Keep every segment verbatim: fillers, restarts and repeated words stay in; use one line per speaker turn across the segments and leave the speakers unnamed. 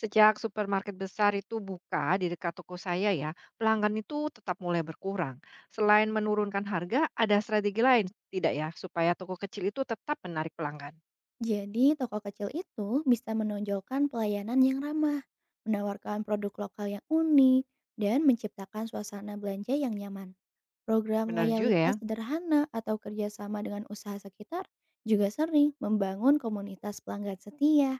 Sejak supermarket besar itu buka di dekat toko saya ya, pelanggan itu tetap mulai berkurang. Selain menurunkan harga, ada strategi lain tidak ya supaya toko kecil itu tetap menarik pelanggan?
Jadi, toko kecil itu bisa menonjolkan pelayanan yang ramah, menawarkan produk lokal yang unik, dan menciptakan suasana belanja yang nyaman. Program
Benar juga ya.
loyalitas sederhana atau kerjasama dengan usaha sekitar juga sering membangun komunitas pelanggan setia.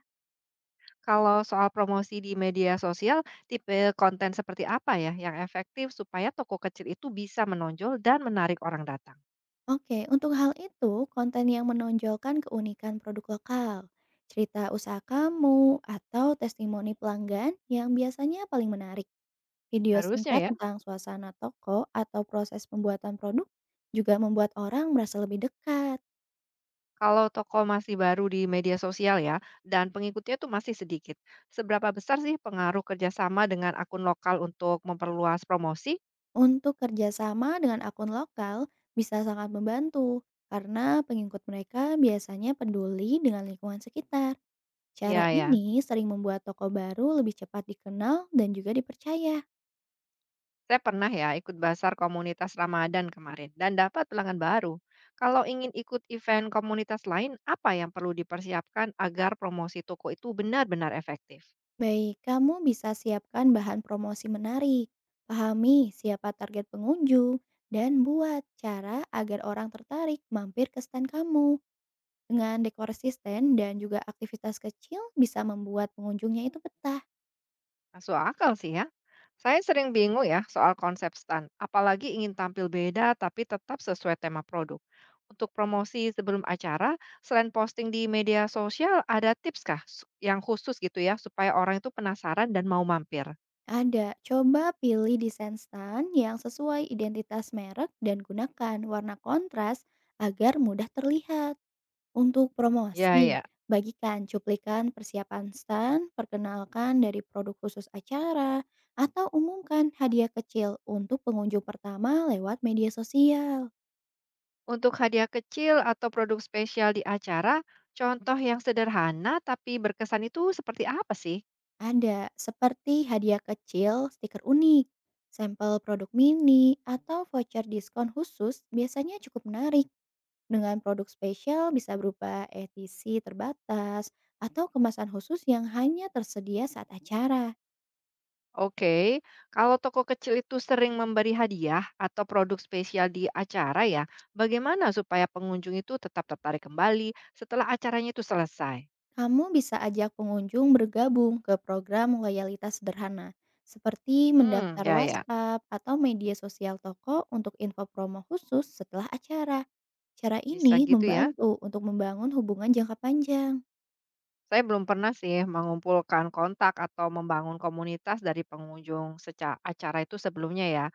Kalau soal promosi di media sosial, tipe konten seperti apa ya yang efektif supaya toko kecil itu bisa menonjol dan menarik orang datang?
Oke, untuk hal itu, konten yang menonjolkan keunikan produk lokal, cerita usaha kamu, atau testimoni pelanggan yang biasanya paling menarik. Video
Harusnya
singkat
ya.
tentang suasana toko atau proses pembuatan produk juga membuat orang merasa lebih dekat.
Kalau toko masih baru di media sosial ya, dan pengikutnya tuh masih sedikit, seberapa besar sih pengaruh kerjasama dengan akun lokal untuk memperluas promosi?
Untuk kerjasama dengan akun lokal bisa sangat membantu karena pengikut mereka biasanya peduli dengan lingkungan sekitar. Cara
Ya ya,
ini sering membuat toko baru lebih cepat dikenal dan juga dipercaya.
saya pernah ya ikut basar komunitas Ramadan kemarin dan dapat pelanggan baru. Kalau ingin ikut event komunitas lain, apa yang perlu dipersiapkan agar promosi toko itu benar-benar efektif?
Baik, kamu bisa siapkan bahan promosi menarik, pahami siapa target pengunjung, dan buat cara agar orang tertarik mampir ke stand kamu. Dengan dekorasi stand dan juga aktivitas kecil bisa membuat pengunjungnya itu betah.
Masuk akal sih ya. Saya sering bingung ya soal konsep stand, apalagi ingin tampil beda tapi tetap sesuai tema produk. Untuk promosi sebelum acara, selain posting di media sosial, ada tips kah su- yang khusus gitu ya supaya orang itu penasaran dan mau mampir?
Ada, coba pilih desain stand yang sesuai identitas merek dan gunakan warna kontras agar mudah terlihat. Untuk
Ya,
promosi,
ya.
bagikan cuplikan persiapan stand, perkenalkan dari produk khusus acara, atau umumkan hadiah kecil untuk pengunjung pertama lewat media sosial.
Untuk hadiah kecil atau produk spesial di acara, contoh yang sederhana tapi berkesan itu seperti apa sih?
Ada, seperti hadiah kecil, stiker unik, sampel produk mini, atau voucher diskon khusus biasanya cukup menarik. Dengan produk spesial bisa berupa edisi terbatas atau kemasan khusus yang hanya tersedia saat acara.
Oke, kalau toko kecil itu sering memberi hadiah atau produk spesial di acara ya, bagaimana supaya pengunjung itu tetap tertarik kembali setelah acaranya itu selesai?
Kamu bisa ajak pengunjung bergabung ke program loyalitas sederhana, seperti
Hmm,
mendaftar
ya ya,
WhatsApp atau media sosial toko untuk info promo khusus setelah acara. Cara
bisa
ini
gitu ya.
membantu untuk membangun hubungan jangka panjang.
Saya belum pernah sih mengumpulkan kontak atau membangun komunitas dari pengunjung secara acara itu sebelumnya ya.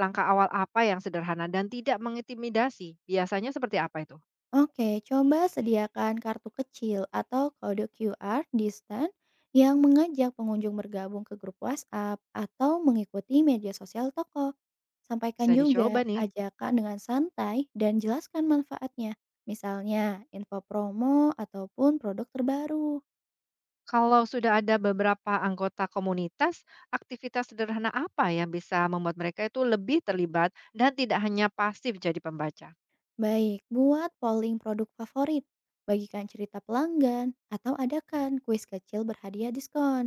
Langkah awal apa yang sederhana dan tidak mengintimidasi? Biasanya seperti apa itu?
Oke, coba sediakan kartu kecil atau kode Q R di stand yang mengajak pengunjung bergabung ke grup WhatsApp atau mengikuti media sosial toko. Sampaikan
Bisa dicoba
juga
nih.
ajakan dengan santai dan jelaskan manfaatnya, misalnya info promo ataupun produk terbaru.
Kalau sudah ada beberapa anggota komunitas, aktivitas sederhana apa yang bisa membuat mereka itu lebih terlibat dan tidak hanya pasif jadi pembaca?
Baik, buat polling produk favorit, bagikan cerita pelanggan, atau adakan kuis kecil berhadiah diskon.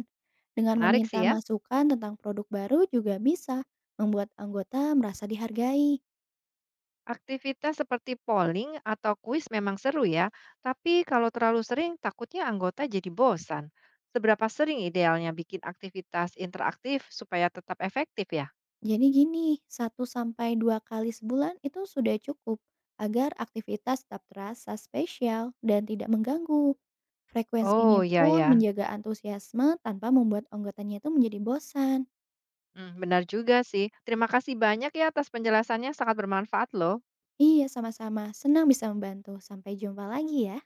Dengan
Menarik sih
meminta
ya.
masukan tentang produk baru juga bisa membuat anggota merasa dihargai.
Aktivitas seperti polling atau kuis memang seru ya, tapi kalau terlalu sering takutnya anggota jadi bosan. Seberapa sering idealnya bikin aktivitas interaktif supaya tetap efektif ya?
Jadi gini, satu sampai dua kali sebulan itu sudah cukup agar aktivitas tetap terasa spesial dan tidak mengganggu. Frekuensi ini
Oh ya
pun
ya,
menjaga antusiasme tanpa membuat anggotanya itu menjadi bosan.
hmm, benar juga sih. Terima kasih banyak ya atas penjelasannya, sangat bermanfaat loh.
Iya, sama-sama. Senang bisa membantu. Sampai jumpa lagi ya.